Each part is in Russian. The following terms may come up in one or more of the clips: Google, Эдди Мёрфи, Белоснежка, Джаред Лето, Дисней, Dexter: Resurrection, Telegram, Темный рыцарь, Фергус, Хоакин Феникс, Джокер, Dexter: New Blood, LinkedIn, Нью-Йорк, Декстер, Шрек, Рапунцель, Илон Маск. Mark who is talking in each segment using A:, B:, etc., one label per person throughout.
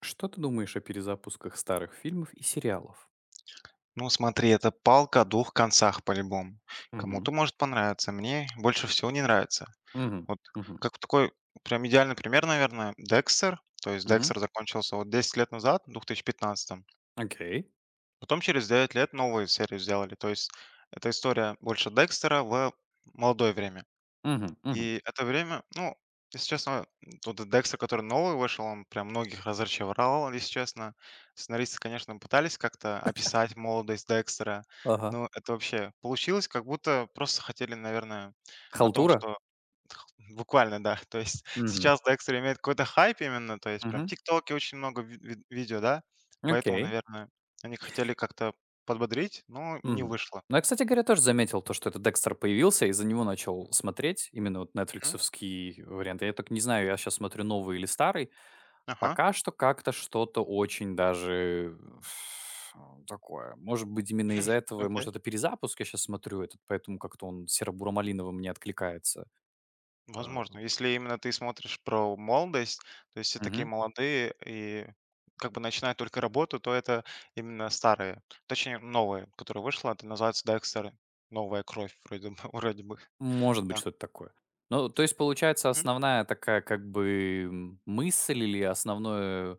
A: Что ты думаешь о перезапусках старых фильмов и сериалов?
B: Ну, смотри, это палка о двух концах по-любому.
A: Мгм.
B: Кому-то может понравиться, мне больше всего не нравится.
A: Мгм.
B: Вот
A: Мгм.
B: как такой прям идеальный пример, наверное, Декстер. То есть
A: Мгм.
B: Декстер закончился вот 10 лет назад, в 2015.
A: Окей.
B: Потом через 9 лет новую серию сделали. То есть это история больше Декстера в молодое время.
A: Мгм. Мгм.
B: И это время, ну, если честно, тот "Декстер", который новый вышел, он прям многих разочаровал, если честно. Сценаристы, конечно, пытались как-то описать молодость Декстера,
A: Ага.
B: но это вообще получилось, как будто просто хотели, наверное, на том,
A: Халтура?
B: что х буквально, да. То есть
A: Мгм.
B: сейчас Декстер имеет какой-то хайп именно, то есть прям в
A: Мгм.
B: "ТикТоке" очень много ви ви видео, да, поэтому,
A: Окей.
B: наверное, они хотели как-то подбодрить, но не
A: Мгм.
B: вышло.
A: Ну, я, кстати говоря, тоже заметил то, что этот Декстер появился, и из-за него начал смотреть именно вот
B: Мгм.
A: нетфликсовский вариант. Я только не знаю, я сейчас смотрю новый или старый.
B: Ага.
A: Пока что как-то что-то очень даже такое. Может быть, именно из-за этого,
B: Окей.
A: может, это перезапуск я сейчас смотрю этот, поэтому как-то он серо-буромалиново мне откликается. А.
B: Возможно, если именно ты смотришь про молодость, то есть все такие
A: Мгм.
B: молодые и как бы начинают только работу, то это именно старые, точнее новые, которая вышла, это называется Dexter, новая кровь вроде бы, вроде бы.
A: Может быть,
B: Да.
A: что-то такое. Ну, то есть, получается,
B: Мгм.
A: основная такая как бы мысль или основное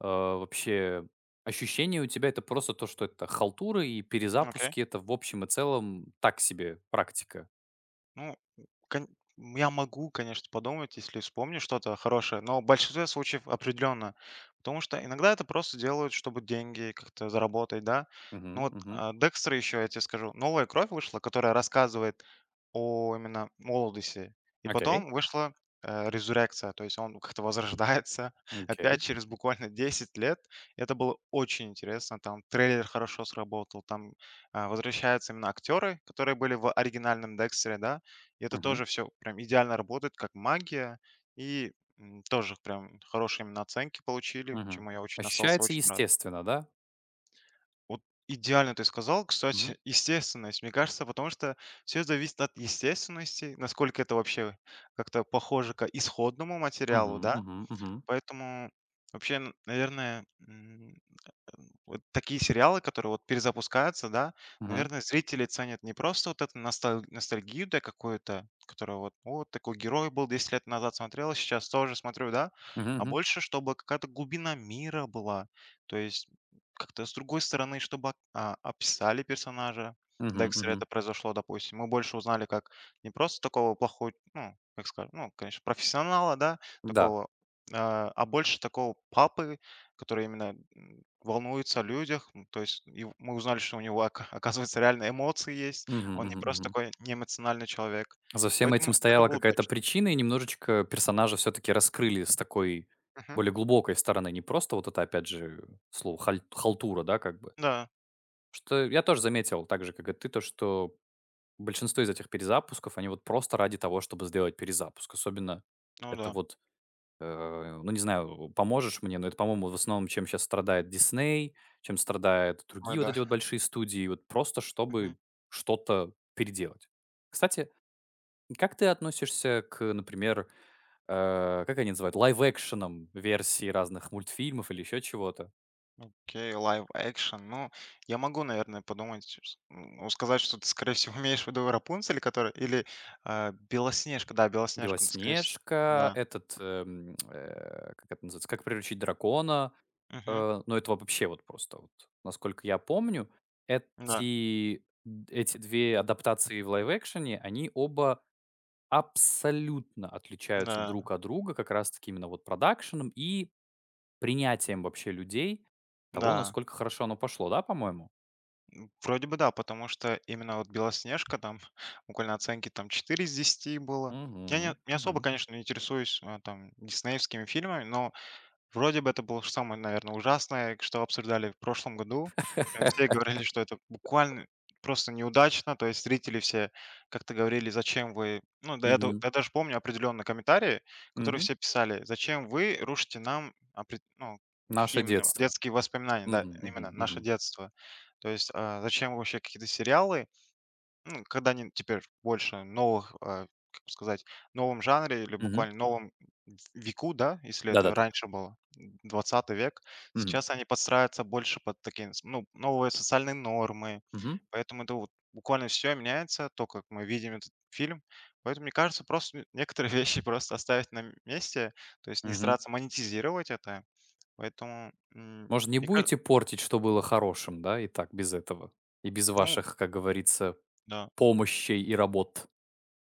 A: вообще ощущение у тебя это просто то, что это халтура и
B: Окей.
A: перезапуски это в общем и целом так себе практика.
B: Ну Кон я могу, конечно, подумать, если вспомню что-то хорошее, но в большинстве случаев определенно. Потому что иногда это просто делают, чтобы деньги как-то заработать, да. Ну
A: Мгм,
B: вот,
A: мгм.
B: Декстер еще, я тебе скажу, новая кровь вышла, которая рассказывает о именно молодости. И
A: Окей,
B: потом вышла резурекция, то есть он как-то возрождается опять
A: окей.
B: через буквально 10 лет. Это было очень интересно, там трейлер хорошо сработал, там возвращаются именно актеры, которые были в оригинальном Декстере, да, и это
A: Мгм,
B: тоже все прям идеально работает, как магия. И, тоже прям хорошие именно оценки получили,
A: мгм.
B: чему я очень остался
A: Ощущается
B: очень рад.
A: естественно, да?
B: Вот идеально ты сказал, кстати, естественность, мне кажется, потому что все зависит от естественности, насколько это вообще как-то похоже к исходному материалу,
A: Мгм,
B: да.
A: мгм, мгм,
B: Поэтому вообще, н наверное, вот такие сериалы, которые вот перезапускаются, да,
A: мгм,
B: наверное, зрители ценят не просто вот эту ностальгию, да, какую-то, которая вот: "Вот такой герой был 10 лет назад, смотрел, а сейчас тоже смотрю", да, а
A: мгм,
B: больше, чтобы какая-то глубина мира была. То есть как-то с другой стороны, чтобы, описали персонажа. Да,
A: мгм, мгм,
B: если
A: мгм.
B: это произошло, допустим, мы больше узнали как не просто такого плохого, ну, как скажем, ну, конечно, профессионала, да,
A: Да.
B: такого, больше такого папы, который именно волнуется о людях. То есть и мы узнали, что у него, оказывается, реально эмоции есть.
A: Мгм,
B: Он не
A: мгм,
B: просто
A: мгм.
B: такой неэмоциональный человек.
A: За всем
B: Поэтому
A: этим
B: это
A: стояла
B: было
A: какая-то
B: удачно.
A: причина, и немножечко персонажа все-таки раскрыли с такой
B: Мгм.
A: более глубокой стороны. Не просто вот это, опять же, слово халтура, да, как бы.
B: Да,
A: Что я тоже заметил, так же, как и ты, то, что большинство из этих перезапусков, они вот просто ради того, чтобы сделать перезапуск. Особенно
B: ну
A: это
B: да.
A: вот, ну, не знаю, поможешь мне, но это, по-моему, в основном, чем сейчас страдает Дисней, чем страдают
B: Ой,
A: другие вот
B: да.
A: эти вот большие студии, вот просто
B: Мгм.
A: чтобы что-то переделать. Кстати, как ты относишься к, например, как они называют, лайв-экшенам версии разных мультфильмов или еще чего-то?
B: Окей, live action. Ну, я могу, наверное, подумать, ну, сказать, что ты, скорее всего, имеешь в виду Рапунцель, который... Или Белоснежка, да, Белоснежка, ну, скорее всего,
A: Белоснежка,
B: да.
A: этот, как это называется, как приручить дракона.
B: Мгм.
A: Ну, это вообще вот просто, вот, насколько я помню,
B: Да,
A: эти, эти две адаптации в лайв-экшене, они оба абсолютно отличаются
B: да,
A: друг от друга, как раз-таки именно вот продакшеном и принятием вообще людей того,
B: да.
A: насколько хорошо оно пошло, да, по-моему?
B: Вроде бы да, потому что именно вот "Белоснежка", там буквально оценки там 4 из 10 было. Я не
A: Мгм,
B: не особо,
A: мгм.
B: конечно, интересуюсь, там диснеевскими фильмами, но вроде бы это было ж самое, наверное, ужасное, что обсуждали в прошлом году. Прям все говорили, что это буквально просто неудачно. То есть зрители все как-то говорили, зачем вы... Ну, да, я,
A: Мгм,
B: я даже помню определенные комментарии, которые
A: мгм.
B: все писали, зачем вы рушите нам ну, какие
A: Наше
B: именно
A: детство.
B: детские воспоминания, да,
A: Мгм,
B: именно
A: мгм,
B: наше
A: мгм,
B: детство. То есть зачем вы вообще какие-то сериалы ну, когда они теперь больше новых, как бы сказать, новом жанре или
A: мгм.
B: буквально новом в веку, да, если это
A: Да-да-да.
B: раньше было, 20 век,
A: Мгм,
B: сейчас они подстраиваются больше под такие, с ну, новые социальные нормы.
A: мгм,
B: Поэтому это вот буквально все меняется, то, как мы видим этот фильм. Поэтому, мне кажется, просто н некоторые вещи просто оставить на месте, то есть не
A: мгм.
B: стараться монетизировать это. Поэтому,
A: Может, не
B: мне кажется,
A: будете портить, что было хорошим, да, и так без этого? И без
B: ну
A: ваших, как говорится,
B: да.
A: помощей и работ.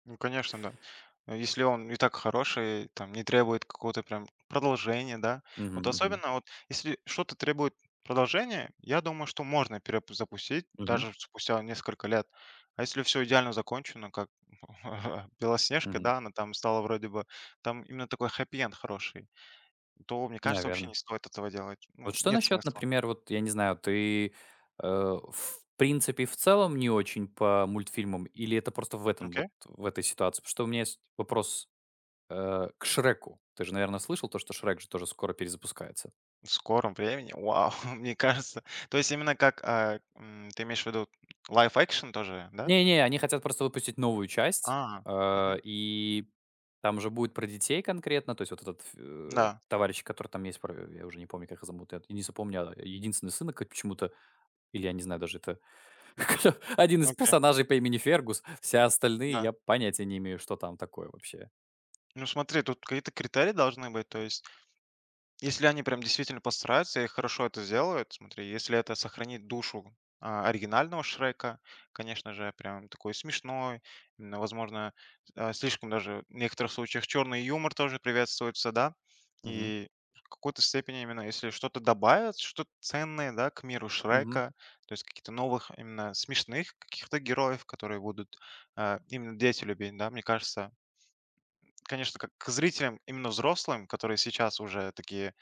B: Ну, конечно, да. Если он и так хороший, там, не требует какого-то прям продолжения, да.
A: Мгм,
B: Вот
A: мгм,
B: особенно вот, если что-то требует продолжения, я думаю, что можно перезапустить
A: мгм,
B: даже спустя несколько лет. А если все идеально закончено, как Белоснежка,
A: мгм.
B: да, она там стала вроде бы, там именно такой хэппи-энд хороший, то, мне кажется, вообще не
A: Наверно.
B: стоит этого делать.
A: Вот
B: Ну,
A: что
B: нет
A: насчет,
B: смысла.
A: например, вот, я не знаю, ты, в принципе, в целом не очень по мультфильмам или это просто в этом
B: Окей?
A: вот, в этой ситуации? Потому что у меня есть вопрос к "Шреку". Ты же, наверное, слышал то, что "Шрек" же тоже скоро перезапускается?
B: В скором времени. Вау, мне кажется. То есть именно как, ты имеешь в виду live action тоже, да?
A: Не-не, они хотят просто выпустить новую часть,
B: А, мгм.
A: и там же будет про детей конкретно. То есть вот этот
B: Да,
A: товарищ, который там есть, про я уже не помню, как его зовут, я не запомню, единственный сын как почему-то, или я не знаю даже, это один из
B: окей,
A: персонажей по имени Фергус. Все остальные
B: да.
A: я понятия не имею, что там такое вообще.
B: Ну смотри, тут какие-то критерии должны быть, то есть если они прям действительно постараются и хорошо это сделают, смотри, если это сохранит душу оригинального Шрека, конечно же, прям такой смешной, именно, возможно, слишком даже в некоторых случаях черный юмор тоже приветствуется, да,
A: Мгм.
B: и в какой-то степени именно если что-то добавят, что-то ценное, да, к миру
A: Мгм.
B: Шрека, то есть каких-то новых именно смешных каких-то героев, которые будут именно дети любить, да, мне кажется, конечно, как к зрителям, именно взрослым, которые сейчас уже такие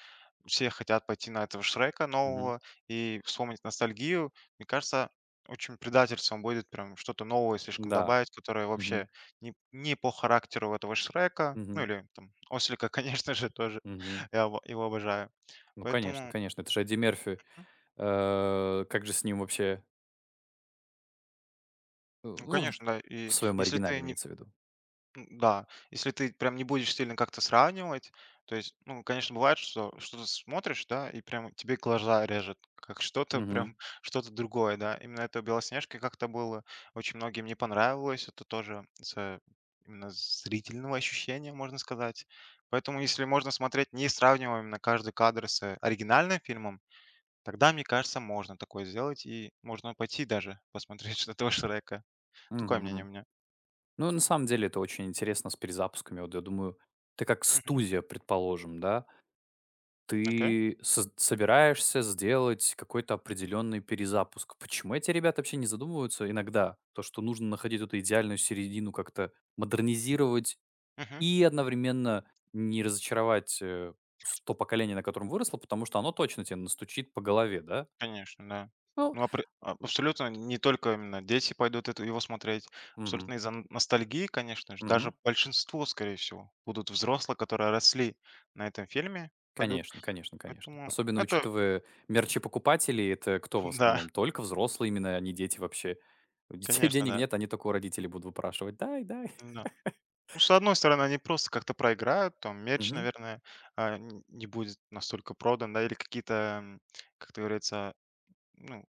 B: все хотят пойти на этого Шрека
A: Мгм.
B: нового и вспомнить ностальгию. Мне кажется, очень предательством будет прям что-то новое слишком
A: Да.
B: добавить, которое
A: Мгм.
B: вообще не, не по характеру этого Шрека, ну
A: Мгм.
B: или там Ослика, конечно же, тоже.
A: Мгм.
B: Я его обожаю.
A: Ну, конечно,
B: Поэтому,
A: конечно. Это же Эдди Мерфи.
B: м,
A: Как же с ним вообще,
B: ну,
A: ну,
B: конечно, да.
A: в
B: И
A: своем
B: если ты
A: оригинале
B: не
A: имеется в виду.
B: Да, если ты прям не будешь сильно как-то сравнивать, то есть, ну, конечно, бывает, что что-то смотришь, да, и прям тебе глаза режет, как что-то
A: Мгм.
B: прям, что-то другое, да. Именно это у Белоснежки как-то было, очень многим не понравилось, это тоже из-за именно зрительного ощущения, можно сказать. Поэтому, если можно смотреть, не сравнивая именно каждый кадр с оригинальным фильмом, тогда, мне кажется, можно такое сделать, и можно пойти даже посмотреть что-то Шрека.
A: Мгм,
B: Такое мнение у
A: мгм.
B: меня.
A: Ну, на самом деле это очень интересно с перезапусками. Вот я думаю, ты как
B: Мгм.
A: студия, предположим, да,
B: Окей.
A: ты соз собираешься сделать какой-то определенный перезапуск. Почему эти ребята вообще не задумываются иногда? То, что нужно находить вот эту идеальную середину, как-то модернизировать
B: Мгм.
A: и одновременно не разочаровать, с то поколение, на котором выросло, потому что оно точно тебе настучит по голове, да?
B: Конечно, да.
A: Ну,
B: Ну, апре а абсолютно не только именно дети пойдут это его смотреть.
A: мгм.
B: Абсолютно из-за н ностальгии, конечно же,
A: Мгм.
B: даже большинство, скорее всего, будут взрослые, которые росли на этом фильме, пойдут.
A: Конечно, конечно, конечно.
B: Поэтому
A: Особенно
B: это
A: учитывая мерчепокупателей, это кто в
B: да,
A: основном? Только взрослые именно, а не дети вообще. У детей
B: конечно,
A: денег
B: да.
A: нет, они только у родителей будут выпрашивать: "Дай, дай".
B: Да. Ну, с одной стороны, они просто как-то проиграют, там мерч,
A: Мгм.
B: наверное, а, н не будет настолько продан, да, или какие-то, как это говорится, ну,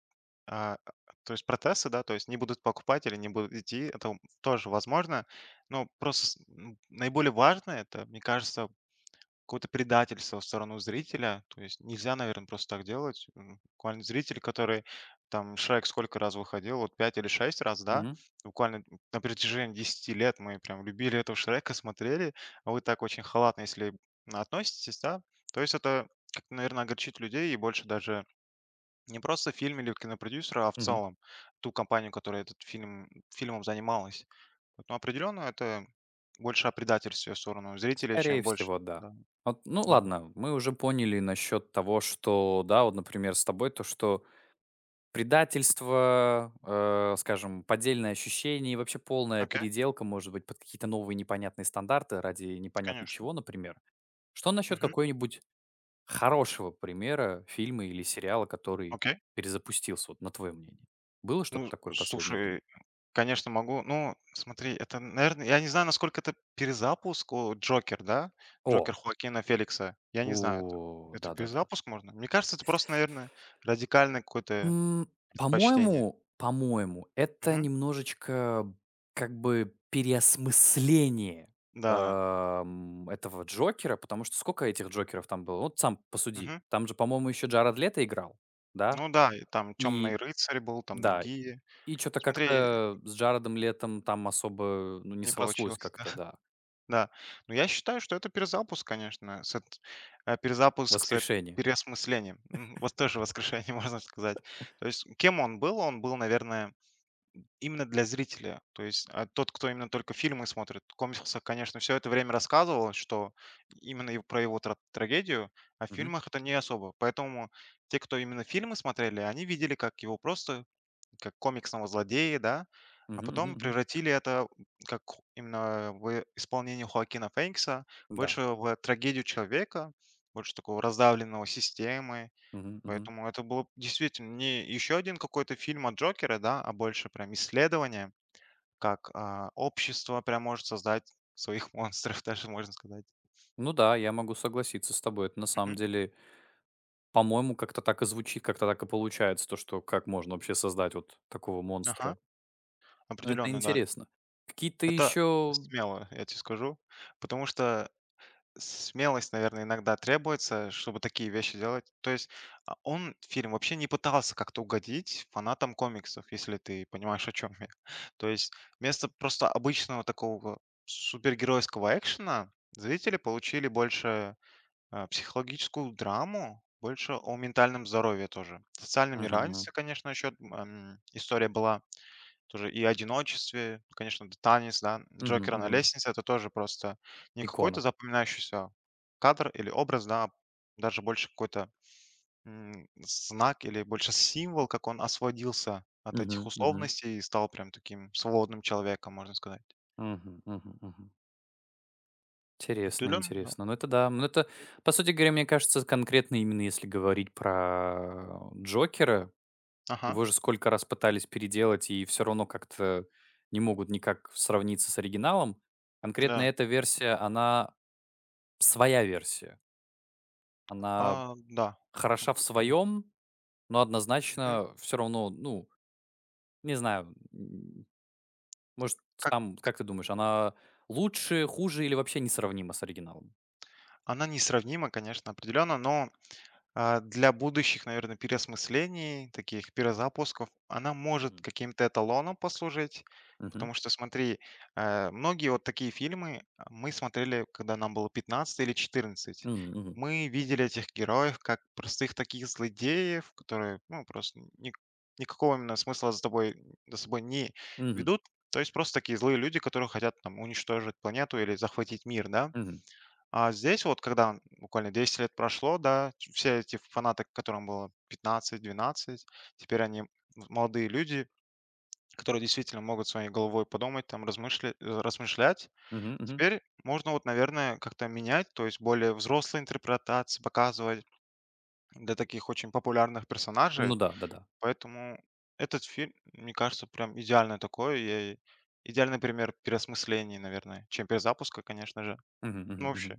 B: А, то есть протесты, да, то есть не будут покупать или не будут идти, это тоже возможно. Но просто наиболее важное это, мне кажется, какое-то предательство в сторону зрителя. То есть нельзя, наверное, просто так делать. Буквально зритель, который там Шрек сколько раз выходил, вот 5 или 6 раз, да,
A: Мгм.
B: буквально на протяжении 10 лет мы прям любили этого Шрека, смотрели, а вы так очень халатно, если относитесь, да, то есть это, наверное, огорчит людей и больше даже не просто фильм или кинопродюсера, а в
A: Мгм.
B: целом ту компанию, которая этот фильм, фильмом занималась. Вот, но определенно это больше о предательстве в сторону зрителя, чем
A: Скорее
B: больше.
A: всего, да.
B: Да,
A: Вот, ну
B: да.
A: ладно, мы уже поняли насчет того, что, да, вот, например, с тобой то, что предательство, скажем, поддельное ощущение и вообще полная
B: Окей,
A: переделка, может быть, под какие-то новые непонятные стандарты ради непонятно
B: конечно.
A: чего, например. Что насчет
B: Мгм.
A: какой-нибудь хорошего примера фильма или сериала, который
B: Окей.
A: перезапустился, вот на твое мнение? Было что-то
B: Ну,
A: такое в последнее время?
B: слушай, конечно, могу. Ну, смотри, это, наверное, я не знаю, насколько это перезапуск о, Джокер, да?
A: О,
B: Джокер Хоакина Феликса. Я не знаю.
A: о,
B: Это
A: да-да-да.
B: перезапуск можно? Мне кажется, это просто, наверное, радикальное какое-то
A: М,
B: предпочтение.
A: По-моему, по-моему, это
B: Мгм.
A: немножечко как бы переосмысление,
B: Да.
A: этого Джокера, потому что сколько этих Джокеров там было? Вот сам посуди.
B: Мгм.
A: Там же, по-моему, еще Джаред Лето играл, да?
B: Ну да, и там "Темный
A: И
B: рыцарь" был, там
A: да,
B: другие.
A: и что то
B: Смотри,
A: как-то с Джаредом Летом там особо, ну, не
B: не
A: срослось
B: получилось.
A: как-то, да.
B: Да. Но я считаю, что это перезапуск, конечно, перезапуск
A: Воскрешение.
B: переосмыслением. Вот тоже воскрешение, можно сказать. То есть кем он был? Он был, наверное, именно для зрителя. То есть, тот, кто именно только фильмы смотрит. В конечно, все это время рассказывал, что именно его про его трагедию, а в
A: Мгм.
B: фильмах это не особо. Поэтому те, кто именно фильмы смотрели, они видели, как его просто как комиксного злодея, да, а
A: Мгм мгм
B: потом
A: мгм.
B: превратили это именно в исполнении Хоакина Феникса
A: Да.
B: больше в трагедию человека, больше такого раздавленного системы.
A: Мгм мгм.
B: Поэтому это было действительно не еще один какой-то фильм от Джокера, да, а больше прям исследование, как общество прям может создать своих монстров, даже можно сказать.
A: Ну да, я могу согласиться с тобой. Это на самом
B: Мгм.
A: деле, по-моему, как-то так и звучит, как-то так и получается, то, что как можно вообще создать вот такого
B: Ага,
A: монстра. Но это
B: определенно, да.
A: интересно. Какие-то
B: Это
A: еще
B: смело, я тебе скажу, потому что смелость, наверное, иногда требуется, чтобы такие вещи делать. То есть он, фильм, вообще не пытался как-то угодить фанатам комиксов, если ты понимаешь, о чем я. То есть вместо просто обычного такого супергеройского экшена зрители получили больше психологическую драму, больше о ментальном здоровье тоже. Социальном
A: мгм.
B: неравенстве, конечно, еще история была. Тоже и одиночестве, конечно, д танец, да, Джокера на лестнице - это тоже просто не
A: Икона.
B: какой-то запоминающийся кадр или образ, да, а даже больше какой-то, знак или больше символ, как он освободился от
A: Мгм
B: этих
A: мгм.
B: условностей и стал прям таким свободным человеком, можно сказать.
A: Мгм мгм мгм. Интересно,
B: Определенно, да.
A: интересно. Ну это да. Ну это, по сути говоря, мне кажется, конкретно именно если говорить про Джокера.
B: Ага,
A: Его же сколько раз пытались переделать, и все равно как-то не могут никак сравниться с оригиналом. Конкретно
B: да.
A: эта версия, она своя версия. Она
B: А, да. Ну,
A: хороша в
B: как бы,
A: своем, но
B: мгм.
A: однозначно все равно, ну, не знаю, может,
B: Как
A: там, как ты думаешь, она лучше, хуже или вообще несравнима с оригиналом?
B: она несравнима, конечно, определенно, но для будущих, наверное, переосмыслений, таких перезапусков, она может
A: Мгм.
B: каким-то эталоном послужить.
A: Мгм.
B: Потому что, смотри, многие вот такие фильмы мы смотрели, когда нам было 15 или 14.
A: Мгм, мгм.
B: Мы видели этих героев как простых таких злодеев, которые, ну, просто никакого именно смысла за тобой, за собой не
A: Мгм.
B: ведут. То есть просто такие злые люди, которые хотят там уничтожить планету или захватить мир, да?
A: Мгм.
B: А здесь вот, когда буквально 10 лет прошло, да, все эти фанаты, которым было 15-12, теперь они молодые люди, которые действительно могут своей головой подумать, там, размышлять.
A: Мгм,
B: Теперь можно вот, наверное, как-то менять, то есть более взрослые интерпретации показывать для таких очень популярных
A: ну
B: персонажей.
A: да, да-да.
B: Поэтому этот фильм, мне кажется, прям идеально такой, и идеальный пример переосмысления, наверное, чем перезапуска, конечно же.
A: Мгм,
B: Ну, вообще,
A: мгм.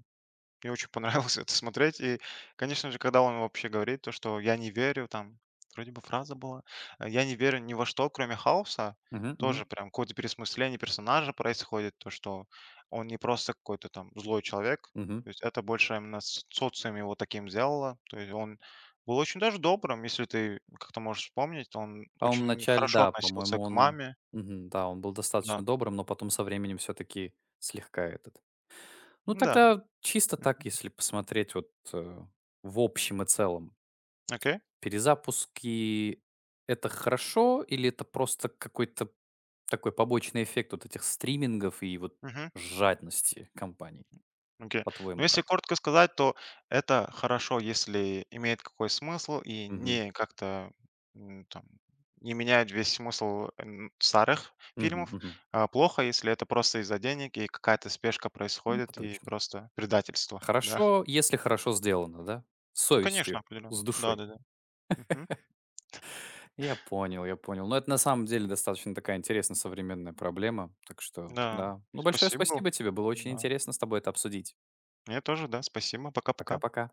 B: мне очень понравилось это смотреть. И, конечно же, когда он вообще говорит то, что я не верю, там, вроде бы фраза была, я не верю ни во что, кроме хаоса,
A: Мгм, мгм.
B: тоже прям какое-то переосмысление персонажа происходит, то, что он не просто какой-то там злой человек, то
A: Мгм.
B: есть это больше именно социум его таким сделало, то есть он был очень даже добрым, если ты как-то можешь вспомнить, он
A: По-моему,
B: очень
A: вначале,
B: хорошо
A: да,
B: относился
A: по-моему,
B: к
A: он
B: маме,
A: мгм, да, он был
B: да,
A: достаточно добрым, но потом со временем все-таки слегка этот. Ну,
B: да,
A: тогда чисто так, если посмотреть вот в общем и целом,
B: окей,
A: перезапуски — это хорошо или это просто какой-то такой побочный эффект вот этих стримингов и вот жадности компаний?
B: окей. Ну,
A: По-твоему,
B: если
A: как?
B: коротко сказать, то это хорошо, если имеет какой смысл и
A: Мгм.
B: не как-то там не меняет весь смысл старых
A: Мгм,
B: фильмов.
A: мгм.
B: А плохо, если это просто из-за денег и какая-то спешка
A: Ну, это
B: происходит и
A: точно.
B: просто предательство, да.
A: Хорошо, если хорошо сделано, да? С
B: Ну, конечно,
A: совестью,
B: определенно.
A: с душой.
B: Да-да-да. Мгм.
A: Я понял, я понял. Но это на самом деле достаточно такая интересная современная проблема. Так что,
B: Да.
A: да. Ну, большое
B: Спасибо.
A: спасибо тебе, было очень
B: Да.
A: интересно с тобой это обсудить.
B: Мне тоже, да. Спасибо. Пока-пока.
A: Пока-пока.